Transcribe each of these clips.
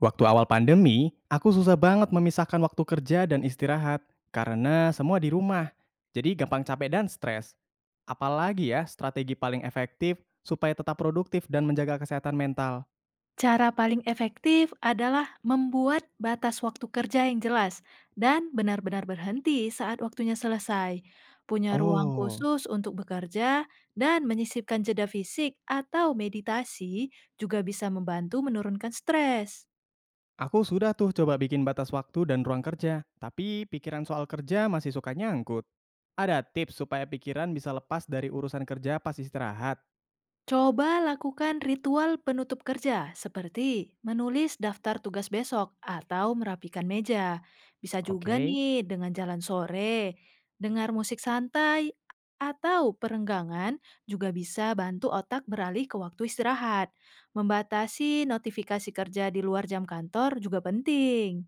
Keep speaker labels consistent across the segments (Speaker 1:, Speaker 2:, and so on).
Speaker 1: Waktu awal pandemi, aku susah banget memisahkan waktu kerja dan istirahat karena semua di rumah. Jadi gampang capek dan stres. Apalagi ya strategi paling efektif supaya tetap produktif dan menjaga kesehatan mental.
Speaker 2: Cara paling efektif adalah membuat batas waktu kerja yang jelas dan benar-benar berhenti saat waktunya selesai. Punya ruang
Speaker 1: Oh,
Speaker 2: khusus untuk bekerja dan menyisipkan jeda fisik atau meditasi juga bisa membantu menurunkan stres.
Speaker 1: aku sudah tuh coba bikin batas waktu dan ruang kerja, tapi pikiran soal kerja masih suka nyangkut. Ada tips supaya pikiran bisa lepas dari urusan kerja pas istirahat.
Speaker 2: Coba lakukan ritual penutup kerja seperti menulis daftar tugas besok atau merapikan meja. Bisa juga
Speaker 1: Oke.
Speaker 2: nih dengan jalan sore, dengar musik santai, atau perenggangan juga bisa bantu otak beralih ke waktu istirahat. Membatasi notifikasi kerja di luar jam kantor juga penting.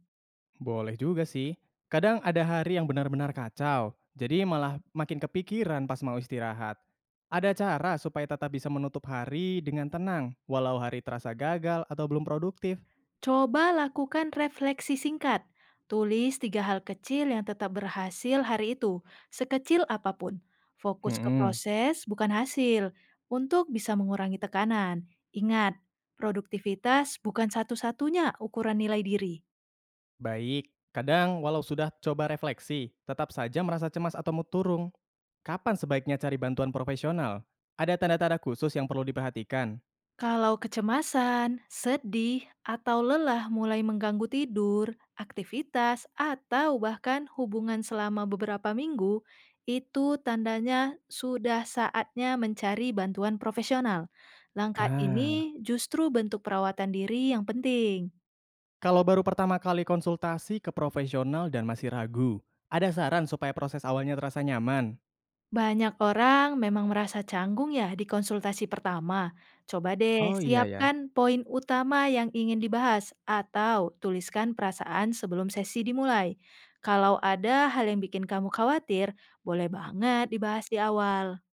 Speaker 1: Boleh juga sih. Kadang ada hari yang benar-benar kacau, jadi malah makin kepikiran pas mau istirahat. Ada cara supaya tetap bisa menutup hari dengan tenang, walau hari terasa gagal atau belum produktif.
Speaker 2: Coba lakukan refleksi singkat. Tulis tiga hal kecil yang tetap berhasil hari itu, sekecil apapun. Fokus ke
Speaker 1: Hmm,
Speaker 2: proses, bukan hasil, untuk bisa mengurangi tekanan. Ingat, produktivitas bukan satu-satunya ukuran nilai diri.
Speaker 1: baik. Kadang walau sudah coba refleksi, tetap saja merasa cemas atau mood turun. Kapan sebaiknya cari bantuan profesional? Ada tanda-tanda khusus yang perlu diperhatikan?
Speaker 2: Kalau kecemasan, sedih, atau lelah mulai mengganggu tidur, aktivitas, atau bahkan hubungan selama beberapa minggu, itu tandanya sudah saatnya mencari bantuan profesional. Langkah
Speaker 1: Ah.
Speaker 2: ini justru bentuk perawatan diri yang penting.
Speaker 1: Kalau baru pertama kali konsultasi ke profesional dan masih ragu, ada saran supaya proses awalnya terasa nyaman?
Speaker 2: Banyak orang memang merasa canggung ya di konsultasi pertama. Coba deh
Speaker 1: Oh iya ya.
Speaker 2: siapkan poin utama yang ingin dibahas atau tuliskan perasaan sebelum sesi dimulai. Kalau ada hal yang bikin kamu khawatir, boleh banget dibahas di awal.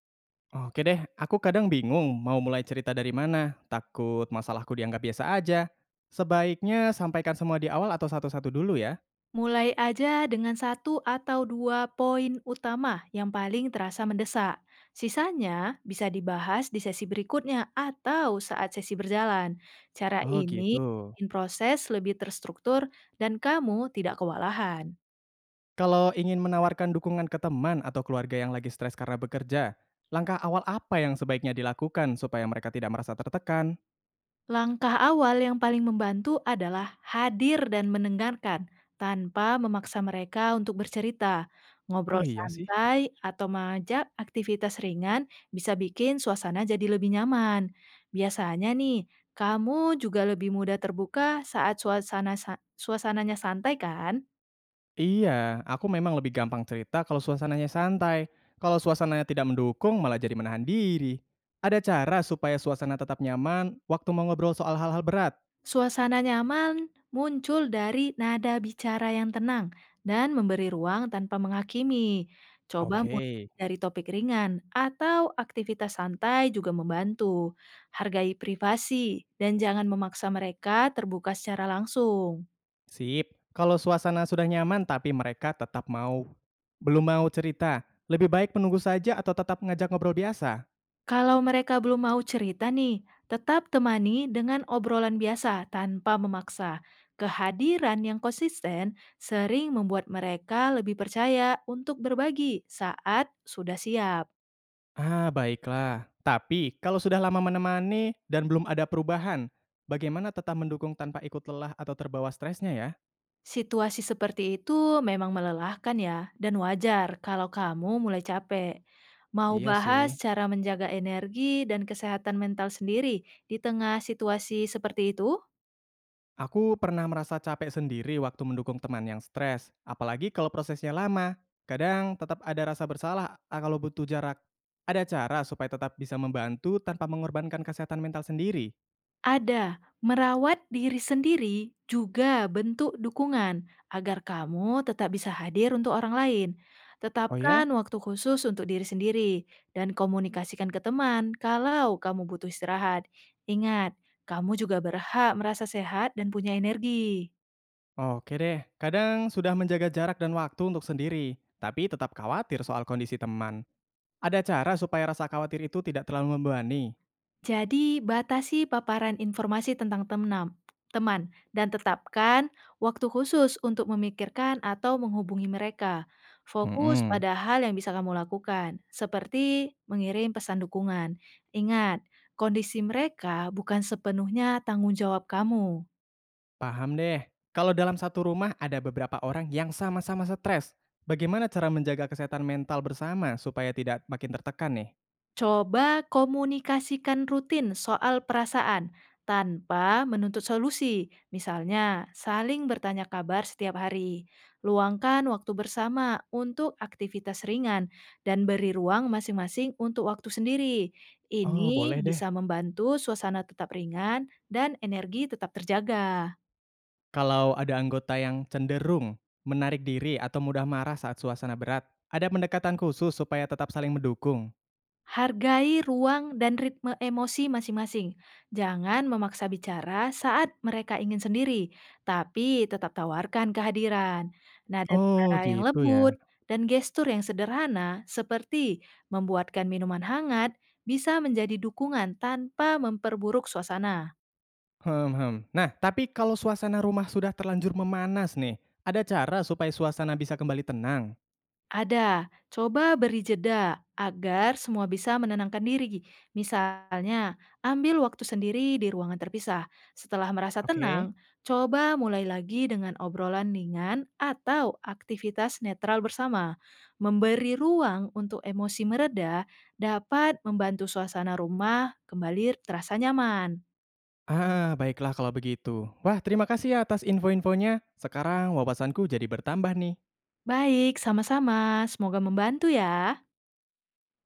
Speaker 1: Oke deh, aku kadang bingung mau mulai cerita dari mana. Takut masalahku dianggap biasa aja. Sebaiknya sampaikan semua di awal atau satu-satu dulu ya.
Speaker 2: Mulai aja dengan satu atau dua poin utama yang paling terasa mendesak. Sisanya bisa dibahas di sesi berikutnya atau saat sesi berjalan. Cara
Speaker 1: Oh gitu.
Speaker 2: ini bikin proses lebih terstruktur dan kamu tidak kewalahan.
Speaker 1: Kalau ingin menawarkan dukungan ke teman atau keluarga yang lagi stres karena bekerja, langkah awal apa yang sebaiknya dilakukan supaya mereka tidak merasa tertekan?
Speaker 2: Langkah awal yang paling membantu adalah hadir dan mendengarkan tanpa memaksa mereka untuk bercerita.
Speaker 1: Oh
Speaker 2: Ngobrol
Speaker 1: iya sih.
Speaker 2: santai atau mengajak aktivitas ringan bisa bikin suasana jadi lebih nyaman. Biasanya nih, kamu juga lebih mudah terbuka saat suasananya santai, kan?
Speaker 1: Iya, aku memang lebih gampang cerita kalau suasananya santai. Kalau suasananya tidak mendukung, malah jadi menahan diri. Ada cara supaya suasana tetap nyaman waktu mau ngobrol soal hal-hal berat.
Speaker 2: Suasana nyaman muncul dari nada bicara yang tenang dan memberi ruang tanpa menghakimi. Coba mulai
Speaker 1: Oke,
Speaker 2: dari topik ringan atau aktivitas santai juga membantu. Hargai privasi dan jangan memaksa mereka terbuka secara langsung.
Speaker 1: sip. Kalau suasana sudah nyaman tapi mereka tetap mau belum mau cerita, lebih baik menunggu saja atau tetap ngajak ngobrol biasa?
Speaker 2: Kalau mereka belum mau cerita nih, tetap temani dengan obrolan biasa tanpa memaksa. Kehadiran yang konsisten sering membuat mereka lebih percaya untuk berbagi saat sudah siap.
Speaker 1: Ah, baiklah. Tapi kalau sudah lama menemani dan belum ada perubahan, bagaimana tetap mendukung tanpa ikut lelah atau terbawa stresnya ya?
Speaker 2: Situasi seperti itu memang melelahkan ya, dan wajar kalau kamu mulai capek. Mau
Speaker 1: Iya
Speaker 2: bahas
Speaker 1: sih.
Speaker 2: cara menjaga energi dan kesehatan mental sendiri di tengah situasi seperti itu?
Speaker 1: Aku pernah merasa capek sendiri waktu mendukung teman yang stres, apalagi kalau prosesnya lama. Kadang tetap ada rasa bersalah ah, kalau butuh jarak. Ada cara supaya tetap bisa membantu tanpa mengorbankan kesehatan mental sendiri.
Speaker 2: Ada, merawat diri sendiri juga bentuk dukungan agar kamu tetap bisa hadir untuk orang lain.
Speaker 1: Oh ya?
Speaker 2: Tetapkan waktu khusus untuk diri sendiri dan komunikasikan ke teman kalau kamu butuh istirahat. Ingat, kamu juga berhak merasa sehat dan punya energi.
Speaker 1: Oke deh. Kadang sudah menjaga jarak dan waktu untuk sendiri, tapi tetap khawatir soal kondisi teman. Ada cara supaya rasa khawatir itu tidak terlalu membebani.
Speaker 2: Jadi, batasi paparan informasi tentang teman dan tetapkan waktu khusus untuk memikirkan atau menghubungi mereka. Fokus
Speaker 1: Hmm.
Speaker 2: pada hal yang bisa kamu lakukan, seperti mengirim pesan dukungan. Ingat, kondisi mereka bukan sepenuhnya tanggung jawab kamu.
Speaker 1: Paham deh. Kalau dalam satu rumah ada beberapa orang yang sama-sama stres, bagaimana cara menjaga kesehatan mental bersama supaya tidak makin tertekan nih?
Speaker 2: Coba komunikasikan rutin soal perasaan tanpa menuntut solusi. Misalnya, saling bertanya kabar setiap hari. Luangkan waktu bersama untuk aktivitas ringan dan beri ruang masing-masing untuk waktu sendiri.
Speaker 1: Oh,
Speaker 2: Ini
Speaker 1: boleh deh.
Speaker 2: bisa membantu suasana tetap ringan dan energi tetap terjaga.
Speaker 1: Kalau ada anggota yang cenderung menarik diri atau mudah marah saat suasana berat, ada pendekatan khusus supaya tetap saling mendukung.
Speaker 2: Hargai ruang dan ritme emosi masing-masing. Jangan memaksa bicara saat mereka ingin sendiri, tapi tetap tawarkan kehadiran. Nada
Speaker 1: Oh,
Speaker 2: bicara yang
Speaker 1: gitu ya.
Speaker 2: lembut dan gestur yang sederhana seperti membuatkan minuman hangat bisa menjadi dukungan tanpa memperburuk suasana.
Speaker 1: Hmm, hmm. Nah, tapi kalau suasana rumah sudah terlanjur memanas nih, ada cara supaya suasana bisa kembali tenang.
Speaker 2: Ada, coba beri jeda agar semua bisa menenangkan diri. Misalnya, ambil waktu sendiri di ruangan terpisah. Setelah merasa
Speaker 1: Oke.
Speaker 2: tenang, coba mulai lagi dengan obrolan ringan atau aktivitas netral bersama. Memberi ruang untuk emosi mereda dapat membantu suasana rumah kembali terasa nyaman.
Speaker 1: Ah, baiklah kalau begitu. Wah, terima kasih ya atas info-infonya. Sekarang wawasanku jadi bertambah nih.
Speaker 2: Baik, sama-sama. Semoga membantu ya.